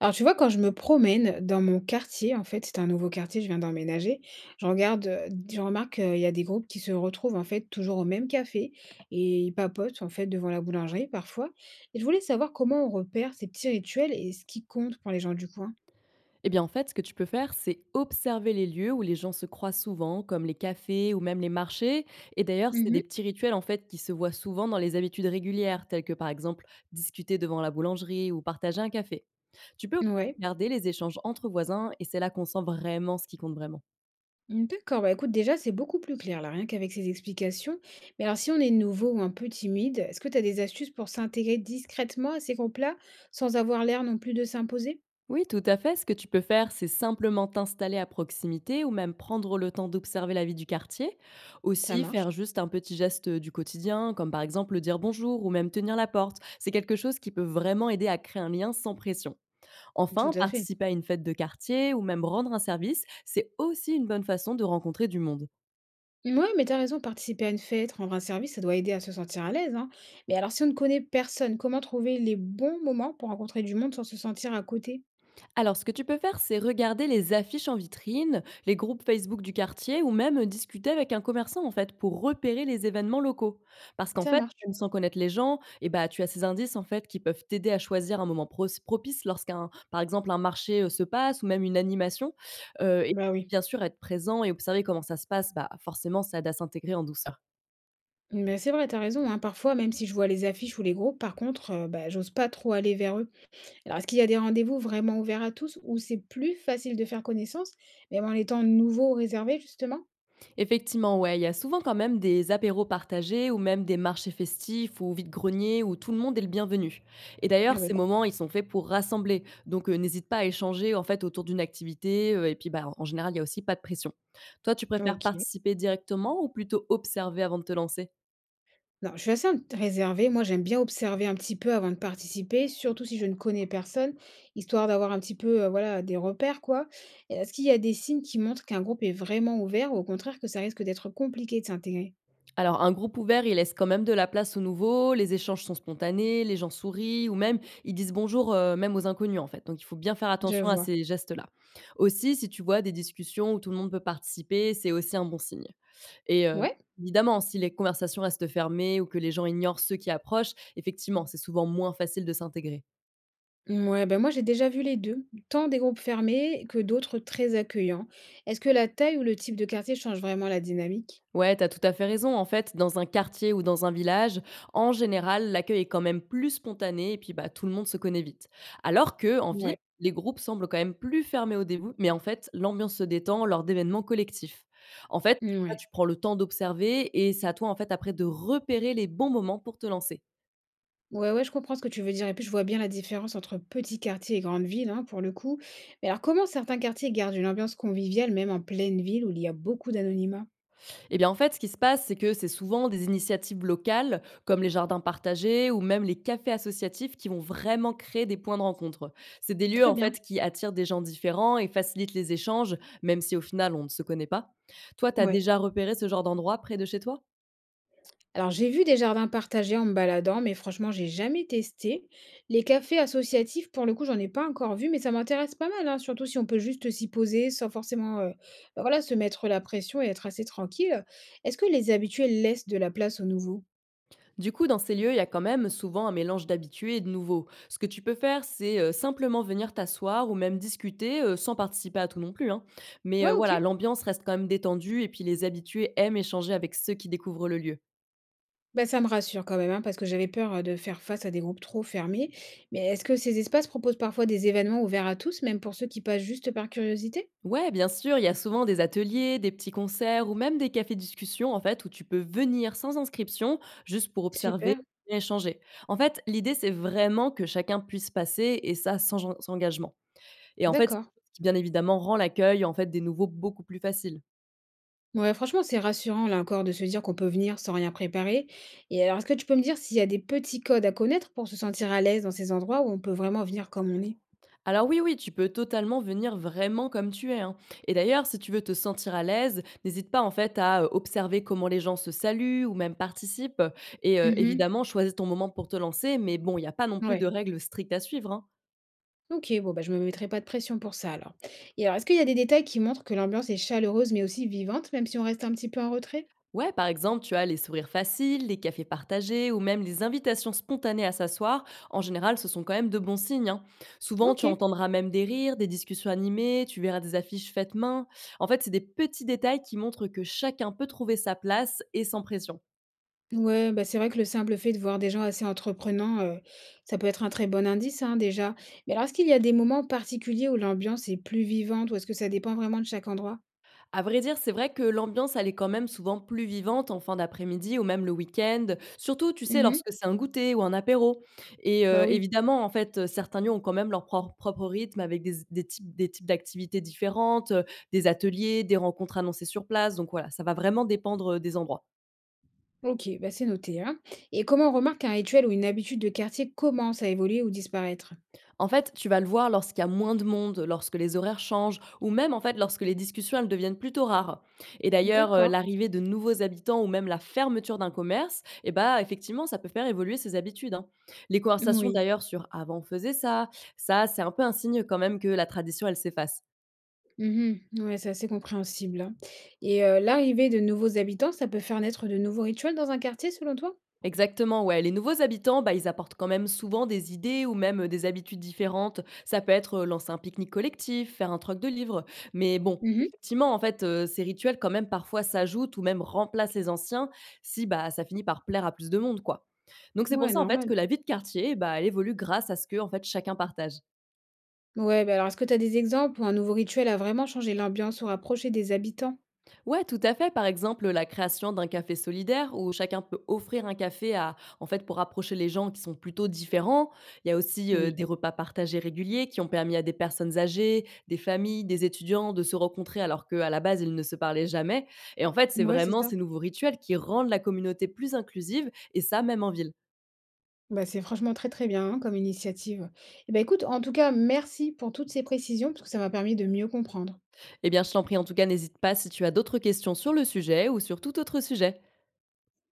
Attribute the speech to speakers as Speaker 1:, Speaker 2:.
Speaker 1: Alors, tu vois, quand je me promène dans mon quartier, c'est un nouveau quartier, je viens d'emménager, je regarde, je remarque qu'il y a des groupes qui se retrouvent, en fait, toujours au même café et ils papotent, en fait, devant la boulangerie, parfois. Et je voulais savoir comment on repère ces petits rituels et ce qui compte pour les gens du coin.
Speaker 2: Eh bien, en fait, ce que tu peux faire, c'est observer les lieux où les gens se croisent souvent, comme les cafés ou même les marchés. Et d'ailleurs, c'est
Speaker 1: Mmh.
Speaker 2: des petits rituels en fait qui se voient souvent dans les habitudes régulières, telles que par exemple discuter devant la boulangerie ou partager un café. Tu peux aussi
Speaker 1: Ouais.
Speaker 2: regarder les échanges entre voisins et c'est là qu'on sent vraiment ce qui compte vraiment.
Speaker 1: Mmh, d'accord. Bah, écoute, déjà, c'est beaucoup plus clair, là, rien qu'avec ces explications. Mais alors, si on est nouveau ou un peu timide, est-ce que tu as des astuces pour s'intégrer discrètement à ces groupes-là, sans avoir l'air non plus de s'imposer?
Speaker 2: Oui, tout à fait. Ce que tu peux faire, c'est simplement t'installer à proximité ou même prendre le temps d'observer la vie du quartier.
Speaker 1: Ça
Speaker 2: Aussi, faire
Speaker 1: marche.
Speaker 2: juste un petit geste du quotidien, comme par exemple dire bonjour ou même tenir la porte. C'est quelque chose qui peut vraiment aider à créer un lien sans pression.
Speaker 1: Tout
Speaker 2: Enfin,
Speaker 1: à fait.
Speaker 2: participer à une fête de quartier ou même rendre un service, c'est aussi une bonne façon de rencontrer du monde.
Speaker 1: Ouais, mais t'as raison, participer à une fête, rendre un service, ça doit aider à se sentir à l'aise, hein. Mais alors, si on ne connaît personne, comment trouver les bons moments pour rencontrer du monde sans se sentir à côté?
Speaker 2: Alors, ce que tu peux faire, c'est regarder les affiches en vitrine, les groupes Facebook du quartier ou même discuter avec un commerçant, en fait, pour repérer les événements locaux. Parce qu'en
Speaker 1: Ça
Speaker 2: fait,
Speaker 1: marche.
Speaker 2: même sans connaître les gens, eh ben, tu as ces indices, en fait, qui peuvent t'aider à choisir un moment propice lorsqu'un, par exemple, un marché se passe ou même une animation. Et
Speaker 1: Bah oui.
Speaker 2: bien sûr, être présent et observer comment ça se passe, bah, forcément, ça aide à s'intégrer en douceur.
Speaker 1: Mais c'est vrai, t'as raison, hein. Parfois, même si je vois les affiches ou les groupes, par contre, bah, j'ose pas trop aller vers eux. Alors, est-ce qu'il y a des rendez-vous vraiment ouverts à tous où c'est plus facile de faire connaissance, même en étant nouveau ou réservé, justement?
Speaker 2: Effectivement, ouais, il y a souvent quand même des apéros partagés ou même des marchés festifs ou vide-greniers où tout le monde est le bienvenu. Et d'ailleurs,
Speaker 1: Ah bah,
Speaker 2: ces
Speaker 1: cool.
Speaker 2: moments, ils sont faits pour rassembler. Donc, n'hésite pas à échanger en fait autour d'une activité. Et puis, bah, en général, il y a aussi pas de pression. Toi, tu préfères
Speaker 1: Ok.
Speaker 2: participer directement ou plutôt observer avant de te lancer?
Speaker 1: Non, je suis réservée. Moi, j'aime bien observer un petit peu avant de participer, surtout si je ne connais personne, histoire d'avoir un petit peu, voilà, des repères, quoi. Et est-ce qu'il y a des signes qui montrent qu'un groupe est vraiment ouvert ou au contraire que ça risque d'être compliqué de s'intégrer?
Speaker 2: Alors, un groupe ouvert, il laisse quand même de la place aux nouveaux, les échanges sont spontanés, les gens sourient ou même ils disent bonjour, même aux inconnus en fait. Donc, il faut bien faire
Speaker 1: Je
Speaker 2: attention à
Speaker 1: vois.
Speaker 2: ces gestes-là. Aussi, si tu vois des discussions où tout le monde peut participer, c'est aussi un bon signe. Et
Speaker 1: Ouais.
Speaker 2: évidemment, si les conversations restent fermées ou que les gens ignorent ceux qui approchent, effectivement, c'est souvent moins facile de s'intégrer.
Speaker 1: Ouais, ben moi j'ai déjà vu les deux, tant des groupes fermés que d'autres très accueillants. Est-ce que la taille ou le type de quartier change vraiment la dynamique?
Speaker 2: Ouais, t'as tout à fait raison. En fait, dans un quartier ou dans un village, en général, l'accueil est quand même plus spontané et puis bah, tout le monde se connaît vite. Alors que en ville,
Speaker 1: Ouais.
Speaker 2: les groupes semblent quand même plus fermés au début, mais en fait, l'ambiance se détend lors d'événements collectifs. En fait, là,
Speaker 1: Ouais.
Speaker 2: tu prends le temps d'observer et c'est à toi en fait après de repérer les bons moments pour te lancer.
Speaker 1: Ouais, ouais, je comprends ce que tu veux dire et puis je vois bien la différence entre petits quartiers et grandes villes, hein, pour le coup. Mais alors, comment certains quartiers gardent une ambiance conviviale même en pleine ville où il y a beaucoup d'anonymat?
Speaker 2: Eh bien, en fait, ce qui se passe, c'est que c'est souvent des initiatives locales, comme les jardins partagés ou même les cafés associatifs, qui vont vraiment créer des points de rencontre. C'est des lieux,
Speaker 1: Très
Speaker 2: en
Speaker 1: bien.
Speaker 2: fait, qui attirent des gens différents et facilitent les échanges, même si au final, on ne se connaît pas. Toi, tu as
Speaker 1: Ouais.
Speaker 2: déjà repéré ce genre d'endroit près de chez toi?
Speaker 1: Alors, j'ai vu des jardins partagés en me baladant, mais franchement, j'ai jamais testé. Les cafés associatifs, pour le coup, j'en ai pas encore vu, mais ça m'intéresse pas mal, hein, surtout si on peut juste s'y poser sans forcément, ben voilà, se mettre la pression et être assez tranquille. Est-ce que les habitués laissent de la place aux nouveaux?
Speaker 2: Du coup, dans ces lieux, il y a quand même souvent un mélange d'habitués et de nouveaux. Ce que tu peux faire, c'est simplement venir t'asseoir ou même discuter, sans participer à tout non plus, hein. Mais
Speaker 1: Ouais,
Speaker 2: voilà,
Speaker 1: ok.
Speaker 2: l'ambiance reste quand même détendue et puis les habitués aiment échanger avec ceux qui découvrent le lieu.
Speaker 1: Bah, ça me rassure quand même, hein, parce que j'avais peur, de faire face à des groupes trop fermés. Mais est-ce que ces espaces proposent parfois des événements ouverts à tous, même pour ceux qui passent juste par curiosité?
Speaker 2: Ouais, bien sûr, il y a souvent des ateliers, des petits concerts ou même des cafés-discussions en fait où tu peux venir sans inscription juste pour observer
Speaker 1: Super,
Speaker 2: et échanger. En fait, l'idée c'est vraiment que chacun puisse passer et ça sans engagement. Et en fait, c'est
Speaker 1: d'accord.
Speaker 2: ce qui bien évidemment rend l'accueil en fait des nouveaux beaucoup plus facile.
Speaker 1: Ouais, franchement, c'est rassurant, là encore, de se dire qu'on peut venir sans rien préparer. Et alors, est-ce que tu peux me dire s'il y a des petits codes à connaître pour se sentir à l'aise dans ces endroits où on peut vraiment venir comme on est?
Speaker 2: Alors oui, tu peux totalement venir vraiment comme tu es, hein. Et d'ailleurs, si tu veux te sentir à l'aise, n'hésite pas en fait à observer comment les gens se saluent ou même participent. Et
Speaker 1: Mmh.
Speaker 2: évidemment, choisis ton moment pour te lancer, mais bon, il n'y a pas non plus de
Speaker 1: Ouais.
Speaker 2: règles strictes à suivre, hein.
Speaker 1: OK, bon, bah, je me mettrai pas de pression pour ça, alors. Et alors, est-ce qu'il y a des détails qui montrent que l'ambiance est chaleureuse, mais aussi vivante, même si on reste un petit peu en retrait?
Speaker 2: Ouais, par exemple, tu as les sourires faciles, les cafés partagés ou même les invitations spontanées à s'asseoir. En général, ce sont quand même de bons signes, hein. Souvent, tu
Speaker 1: OK.
Speaker 2: entendras même des rires, des discussions animées, tu verras des affiches faites main. En fait, c'est des petits détails qui montrent que chacun peut trouver sa place et sans pression.
Speaker 1: Ouais, bah, c'est vrai que le simple fait de voir des gens assez entreprenants, ça peut être un très bon indice, hein, déjà. Mais alors, est-ce qu'il y a des moments particuliers où l'ambiance est plus vivante ou est-ce que ça dépend vraiment de chaque endroit?
Speaker 2: À vrai dire, c'est vrai que l'ambiance, elle est quand même souvent plus vivante en fin d'après-midi ou même le week-end, surtout, tu sais,
Speaker 1: Mhm.
Speaker 2: lorsque c'est un goûter ou un apéro et
Speaker 1: Bah oui.
Speaker 2: évidemment, en fait, certains lieux ont quand même leur propre rythme avec des types d'activités différentes, des ateliers, des rencontres annoncées sur place, donc voilà, ça va vraiment dépendre, des endroits.
Speaker 1: OK, bah, c'est noté, hein. Et comment on remarque qu'un rituel ou une habitude de quartier commence à évoluer ou disparaître?
Speaker 2: En fait, tu vas le voir lorsqu'il y a moins de monde, lorsque les horaires changent ou même en fait lorsque les discussions elles deviennent plutôt rares. Et d'ailleurs,
Speaker 1: D'accord.
Speaker 2: l'arrivée de nouveaux habitants ou même la fermeture d'un commerce, eh bah, effectivement, ça peut faire évoluer ses habitudes, hein. Les conversations
Speaker 1: Oui.
Speaker 2: d'ailleurs sur «avant on faisait ça», ça, c'est un peu un signe quand même que la tradition elle s'efface.
Speaker 1: Mmh. Ouais, c'est assez compréhensible, hein. Et l'arrivée de nouveaux habitants, ça peut faire naître de nouveaux rituels dans un quartier selon toi?
Speaker 2: Exactement, ouais. Les nouveaux habitants, bah, ils apportent quand même souvent des idées ou même des habitudes différentes. Ça peut être lancer un pique-nique collectif, faire un troc de livres. Mais bon,
Speaker 1: Mmh.
Speaker 2: effectivement, en fait, ces rituels quand même parfois s'ajoutent ou même remplacent les anciens si bah, ça finit par plaire à plus de monde, quoi. Donc c'est pour
Speaker 1: Ouais,
Speaker 2: ça en fait
Speaker 1: normal.
Speaker 2: que la vie de quartier, bah, elle évolue grâce à ce que en fait chacun partage.
Speaker 1: Ouais, bah, alors est-ce que tu as des exemples où un nouveau rituel a vraiment changé l'ambiance ou rapproché des habitants?
Speaker 2: Ouais, tout à fait. Par exemple, la création d'un café solidaire où chacun peut offrir un café à, en fait, pour rapprocher les gens qui sont plutôt différents. Il y a aussi
Speaker 1: Oui.
Speaker 2: des repas partagés réguliers qui ont permis à des personnes âgées, des familles, des étudiants de se rencontrer alors qu'à la base, ils ne se parlaient jamais. Et en fait, c'est
Speaker 1: Ouais, c'est
Speaker 2: vraiment
Speaker 1: ça.
Speaker 2: ces nouveaux rituels qui rendent la communauté plus inclusive et ça, même en ville.
Speaker 1: Bah, c'est franchement très très bien hein, comme initiative. Et ben écoute, en tout cas, merci pour toutes ces précisions parce que ça m'a permis de mieux comprendre.
Speaker 2: Eh bien, je t'en prie, en tout cas, n'hésite pas si tu as d'autres questions sur le sujet ou sur tout autre sujet.